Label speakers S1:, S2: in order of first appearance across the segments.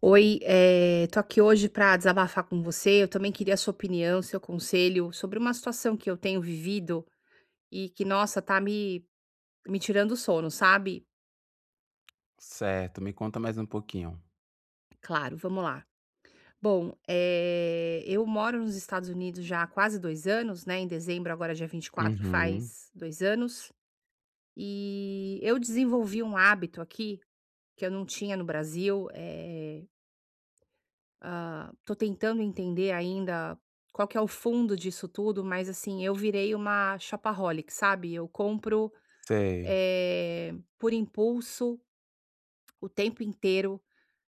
S1: Oi, tô aqui hoje para desabafar com você. Eu também queria a sua opinião, seu conselho sobre uma situação que eu tenho vivido e que, nossa, tá me tirando o sono, sabe?
S2: Certo, me conta mais um pouquinho.
S1: Claro, vamos lá. Bom, eu moro nos Estados Unidos já há quase 2 anos, né? Em dezembro, agora dia 24,
S2: Uhum.
S1: faz 2 anos. E eu desenvolvi um hábito aqui que eu não tinha no Brasil. Tô tentando entender ainda qual que é o fundo disso tudo, mas assim, eu virei uma shopaholic, sabe? Eu compro
S2: Sei,
S1: por impulso o tempo inteiro.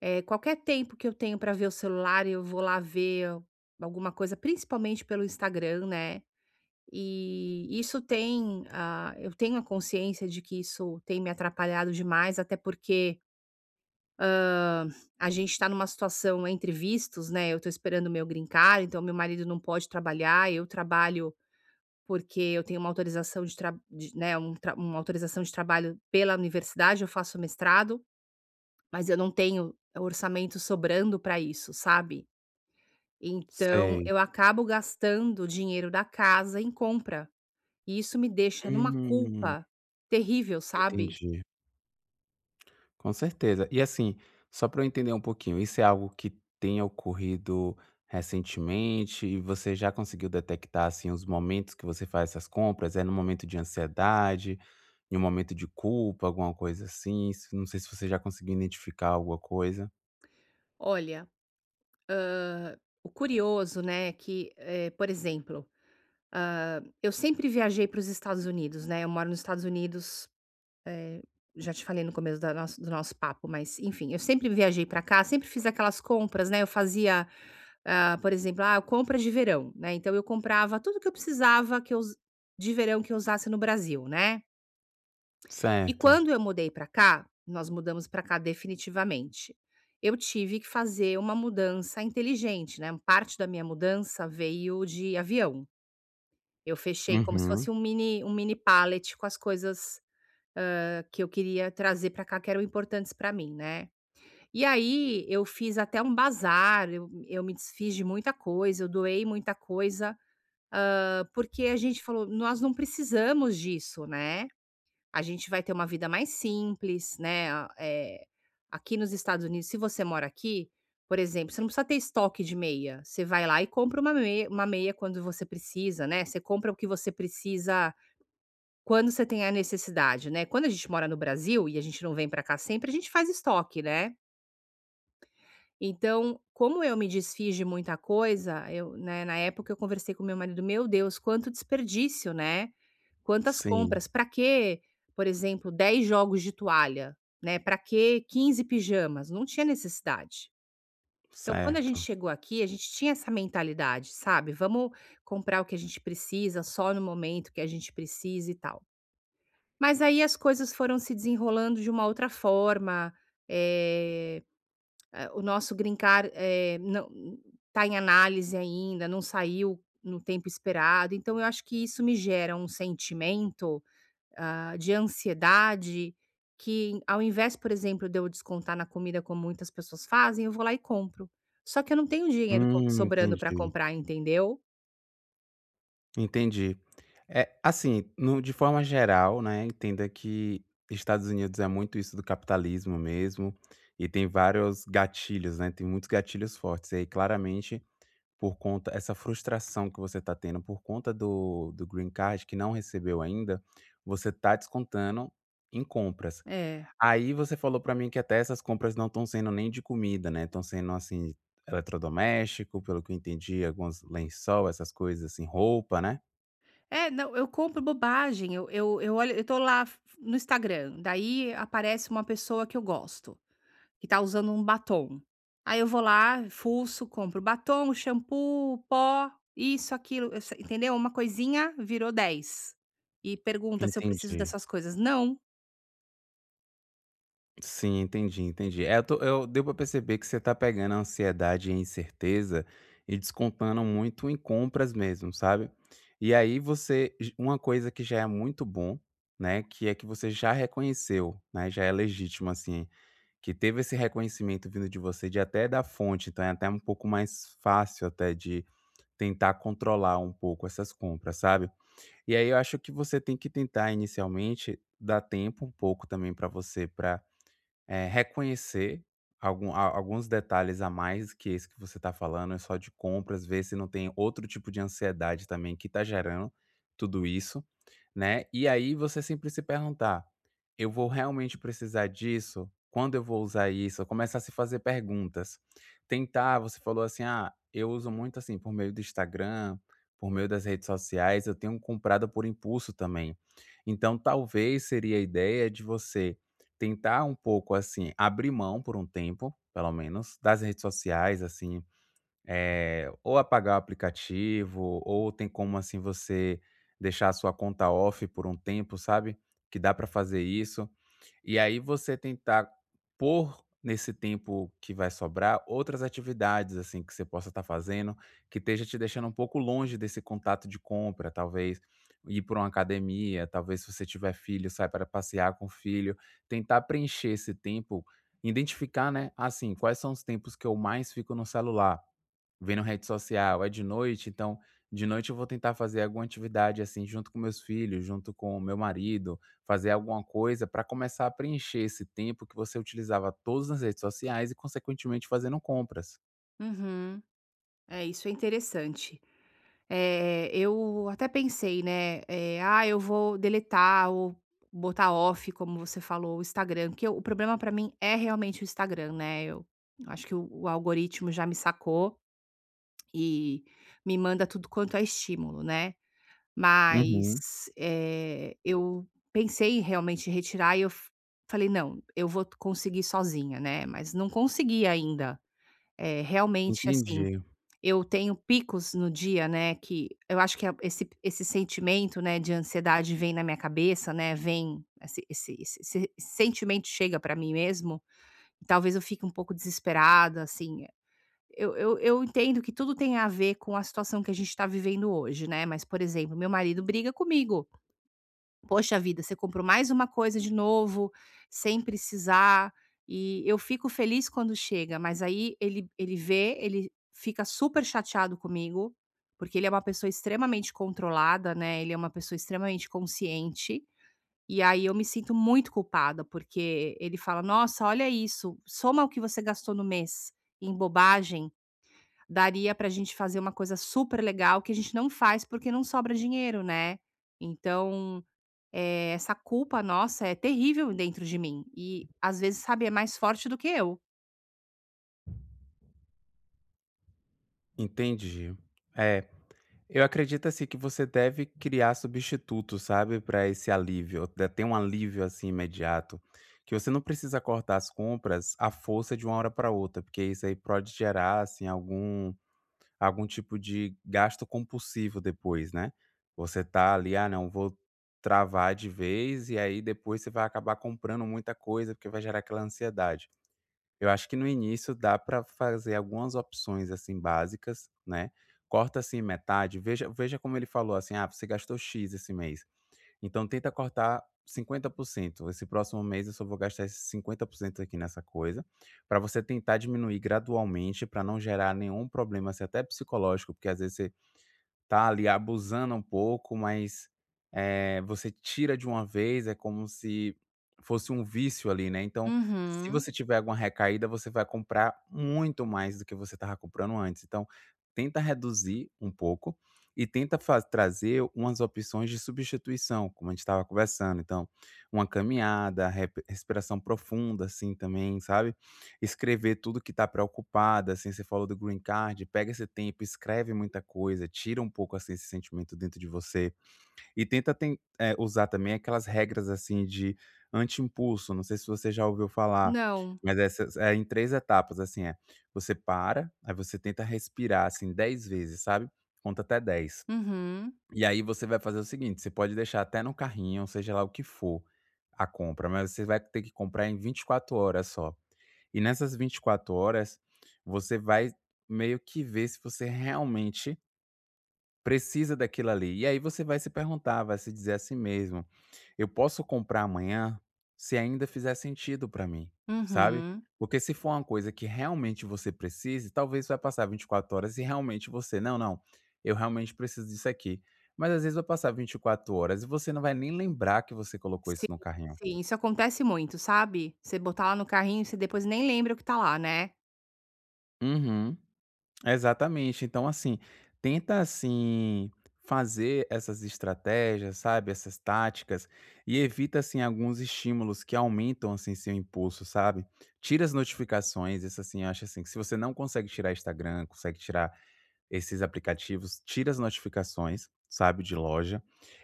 S1: Qualquer tempo que eu tenho pra ver o celular, eu vou lá ver alguma coisa, principalmente pelo Instagram, né? E isso eu tenho a consciência de que isso tem me atrapalhado demais, até porque a gente está numa situação entre vistos, né, eu estou esperando o meu green card, então meu marido não pode trabalhar, eu trabalho porque eu tenho uma autorização de tra de né, um tra uma autorização de trabalho pela universidade, eu faço mestrado, mas eu não tenho orçamento sobrando para isso, sabe. Então
S2: sei.
S1: eu acabo gastando o dinheiro da casa em compra, e isso me deixa numa
S2: Hum,
S1: culpa terrível, sabe.
S2: entendi. Com certeza. E assim, só para eu entender um pouquinho, isso é algo que tenha ocorrido recentemente e você já conseguiu detectar, assim, os momentos que você faz essas compras? É no momento de ansiedade, em um momento de culpa, alguma coisa assim? Não sei se você já conseguiu identificar alguma coisa.
S1: Olha, o curioso, né, é que, por exemplo, eu sempre viajei para os Estados Unidos, né, eu moro nos Estados Unidos, eh, já te falei no começo da nossa do nosso papo, mas enfim, eu sempre viajei para cá, sempre fiz aquelas compras, né, eu fazia, por exemplo, compra de verão, né, então eu comprava tudo que eu precisava que eu us de verão que eu usasse no Brasil, né. E
S2: Certo.
S1: quando eu mudei para cá, nós mudamos para cá definitivamente, eu tive que fazer uma mudança inteligente, né, parte da minha mudança veio de avião. Eu fechei como se fosse
S2: Uhum.
S1: um mini pallet com as coisas, que eu queria trazer para cá, que eram importantes para mim, né. E aí eu fiz até um bazar, eu me desfiz de muita coisa, eu doei muita coisa, porque a gente falou: "Nós não precisamos disso", né. A gente vai ter uma vida mais simples, né, aqui nos Estados Unidos, se você mora aqui, por exemplo, você não precisa ter estoque de meia, você vai lá e compra uma meia quando você precisa, né, você compra o que você precisa quando você tem a necessidade, né. Quando a gente mora no Brasil e a gente não vem pra cá sempre, a gente faz estoque, né. Então, como eu me desfiz de muita coisa, eu, né, na época eu conversei com meu marido, meu Deus, quanto desperdício, né? Quantas
S2: Sim,
S1: compras? Pra quê, por exemplo, 10 jogos de toalha, né? Pra quê? 15 pijamas? Não tinha necessidade. Então, quando a gente
S2: certo.
S1: chegou aqui, a gente tinha essa mentalidade, sabe? Vamos comprar o que a gente precisa, só no momento que a gente precisa e tal. Mas aí as coisas foram se desenrolando de uma outra forma. eh, o nosso Greencard, não tá em análise ainda, não saiu no tempo esperado, então eu acho que isso me gera um sentimento, de ansiedade, que ao invés, por exemplo, de eu descontar na comida como muitas pessoas fazem, eu vou lá e compro. Só que eu não tenho dinheiro co sobrando para
S2: Entendi.
S1: comprar, entendeu?
S2: Entendi. É, assim, no de forma geral, né, entenda que Estados Unidos é muito isso do capitalismo mesmo, e tem vários gatilhos, né, tem muitos gatilhos fortes. E aí, claramente, por conta essa frustração que você está tendo por conta do green card, que não recebeu ainda, você está descontando em compras.
S1: É.
S2: Aí você falou para mim que até essas compras não estão sendo nem de comida, né, estão sendo, assim, eletrodoméstico, pelo que eu entendi, alguns lençol, essas coisas assim, roupa, né?
S1: É, não, eu compro bobagem, eu olho, eu tô lá f no Instagram, daí aparece uma pessoa que eu gosto. Que tá usando um batom. Aí eu vou lá, fuço, compro batom, shampoo, pó, isso, aquilo, eu, se entendeu? Uma coisinha virou 10. E pergunta se eu preciso
S2: Entendi.
S1: dessas coisas. Não.
S2: Sim, entendi, entendi. É, eu tô eu deu pra perceber que você tá pegando a ansiedade e a incerteza e descontando muito em compras mesmo, sabe. E aí você uma coisa que já é muito bom, né, que é que você já reconheceu, né, já é legítimo, assim, que teve esse reconhecimento vindo de você de até da fonte, então é até um pouco mais fácil até de tentar controlar um pouco essas compras, sabe. E aí eu acho que você tem que tentar inicialmente dar tempo um pouco também pra você para reconhecer algum a alguns detalhes a mais que esse que você está falando, é só de compras, ver se não tem outro tipo de ansiedade também que está gerando tudo isso. Né, e aí você sempre se perguntar: "Eu vou realmente precisar disso? Quando eu vou usar isso?" Começar a se fazer perguntas. Tentar você falou assim: "Ah, eu uso muito, assim, por meio do Instagram, por meio das redes sociais, eu tenho comprado por impulso também". Então talvez seria a ideia de você tentar um pouco, assim, abrir mão por um tempo, pelo menos, das redes sociais, assim, ou apagar o aplicativo, ou tem como, assim, você deixar a sua conta off por um tempo, sabe, que dá para fazer isso. E aí você tentar pôr nesse tempo que vai sobrar outras atividades, assim, que você possa estar fazendo, que esteja te deixando um pouco longe desse contato de compra, talvez ir para uma academia, talvez se você tiver filho, sai para passear com o filho, tentar preencher esse tempo, identificar, né, assim, quais são os tempos que eu mais fico no celular. Vendo rede social, é de noite, então de noite eu vou tentar fazer alguma atividade, assim, junto com meus filhos, junto com o meu marido, fazer alguma coisa para começar a preencher esse tempo que você utilizava todas as redes sociais e consequentemente fazendo compras.
S1: Uhum. É, isso é interessante. Eu até pensei, né, "Ah, eu vou deletar ou botar off", como você falou, o Instagram, porque o problema pra mim é realmente o Instagram, né, eu acho que o algoritmo já me sacou e me manda tudo quanto é estímulo, né.
S2: Uhum.
S1: Mas, eu pensei em realmente retirar e eu f falei: "Não, eu vou conseguir sozinha", né, mas não consegui ainda. Eh, realmente, assim,
S2: Entendi,
S1: eu tenho picos no dia, né, que eu acho que a esse esse sentimento, né, de ansiedade vem na minha cabeça, né, vem esse sentimento, chega pra mim mesmo, e talvez eu fique um pouco desesperada, assim. Eu entendo que tudo tem a ver com a situação que a gente tá vivendo hoje, né, mas, por exemplo, meu marido briga comigo. Poxa vida, você comprou mais uma coisa de novo, sem precisar, e eu fico feliz quando chega, mas aí ele vê, ele fica super chateado comigo, porque ele é uma pessoa extremamente controlada, né, ele é uma pessoa extremamente consciente, e aí eu me sinto muito culpada, porque ele fala: "Nossa, olha isso, soma o que você gastou no mês em bobagem, daria pra gente fazer uma coisa super legal que a gente não faz, porque não sobra dinheiro, né". Então essa culpa nossa é terrível dentro de mim e, às vezes, sabe, é mais forte do que eu.
S2: entendi. É, eu acredito, assim, que você deve criar substitutos, sabe, para esse alívio, de ter um alívio, assim, imediato, que você não precisa cortar as compras à força de uma hora para outra, porque isso aí pode gerar, assim, algum tipo de gasto compulsivo depois, né. Você tá ali: "Ah não, vou travar de vez", e aí depois você vai acabar comprando muita coisa, porque vai gerar aquela ansiedade. Eu acho que no início dá para fazer algumas opções, assim, básicas, né. Corta, assim, metade, veja como ele falou, assim: "Ah, você gastou X esse mês". Então tenta cortar 50%. Esse próximo mês eu só vou gastar esses 50% aqui nessa coisa, para você tentar diminuir gradualmente, para não gerar nenhum problema, assim, até psicológico, porque às vezes você tá ali abusando um pouco, mas, você tira de uma vez, é como se fosse um vício ali, né. Então, se
S1: Uhum.
S2: você tiver alguma recaída, você vai comprar muito mais do que você estava comprando antes. Então, tenta reduzir um pouco e tenta faz trazer umas opções de substituição, como a gente estava conversando. Então, uma caminhada, rep respiração profunda, assim, também, sabe. Escrever tudo que tá preocupada, assim, você falou do green card, pega esse tempo, escreve muita coisa, tira um pouco, assim, esse sentimento dentro de você e tenta usar também aquelas regras, assim, de anti-impulso, não sei se você já ouviu falar,
S1: Não.
S2: mas essas é em 3 etapas, assim, é: você para, aí você tenta respirar, assim, 10 vezes, sabe, conta até 10
S1: Uhum.
S2: e aí você vai fazer o seguinte, você pode deixar até no carrinho, seja lá o que for, a compra, mas você vai ter que comprar em 24 horas só. E nessas 24 horas, você vai meio que ver se você realmente precisa daquilo ali. E aí você vai se perguntar, vai se dizer a si mesmo eu posso comprar amanhã, se ainda fizer sentido pra mim, sabe.
S1: Uhum.
S2: Porque se for uma coisa que realmente você precise, talvez vai passar 24 horas e realmente você: "Não, não, eu realmente preciso disso aqui". Mas às vezes vai passar 24 horas e você não vai nem lembrar que você colocou
S1: Sim,
S2: isso no carrinho.
S1: sim, isso acontece muito, sabe. Você botar lá no carrinho, e você depois nem lembra o que tá lá, né.
S2: Uhum. Exatamente. Então, assim, tenta assim fazer essas estratégias, sabe, essas táticas e evita assim alguns estímulos que aumentam assim seu impulso, sabe? Tira as notificações, isso assim, eu acho assim, que se você não consegue tirar Instagram, consegue tirar esses aplicativos, tira as notificações, sabe, de loja.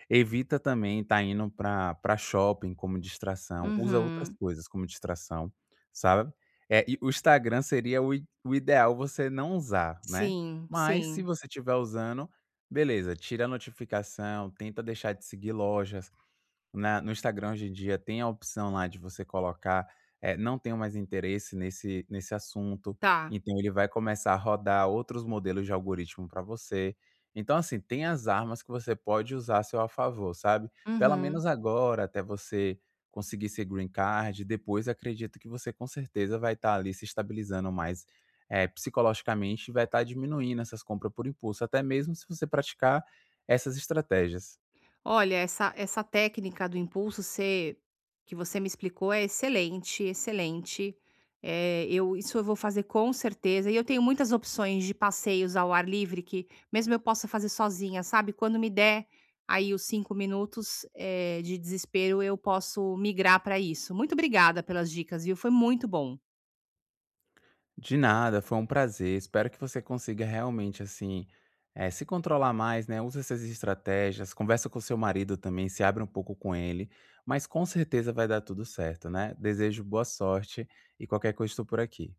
S2: Evita também estar indo para shopping como distração, usa outras
S1: Uhum.
S2: coisas como distração, sabe. É e o Instagram seria o ideal você não usar, né.
S1: Sim,
S2: Mas se
S1: sim.
S2: você estiver usando, beleza, tira a notificação, tenta deixar de seguir lojas, na no Instagram hoje em dia tem a opção lá de você colocar, não tenho mais interesse nesse assunto,
S1: Tá.
S2: então ele vai começar a rodar outros modelos de algoritmo para você. Então, assim, tem as armas que você pode usar a seu favor, sabe. Pelo
S1: Uhum.
S2: menos agora, até você conseguir ser green card, depois acredito que você com certeza vai estar ali se estabilizando mais, psicologicamente e vai estar diminuindo essas compras por impulso, até mesmo se você praticar essas estratégias.
S1: Olha, essa técnica do impulso ser que você me explicou é excelente, excelente. Eu vou fazer com certeza, e eu tenho muitas opções de passeios ao ar livre que mesmo eu possa fazer sozinha, sabe, quando me der aí os 5 minutos, de desespero, eu posso migrar para isso. Muito obrigada pelas dicas, viu, foi muito bom.
S2: De nada, foi um prazer. Espero que você consiga realmente, assim, se controlar mais, né? Usa essas estratégias, conversa com seu marido também, se abre um pouco com ele, mas com certeza vai dar tudo certo, né? Desejo boa sorte e qualquer coisa estou por aqui.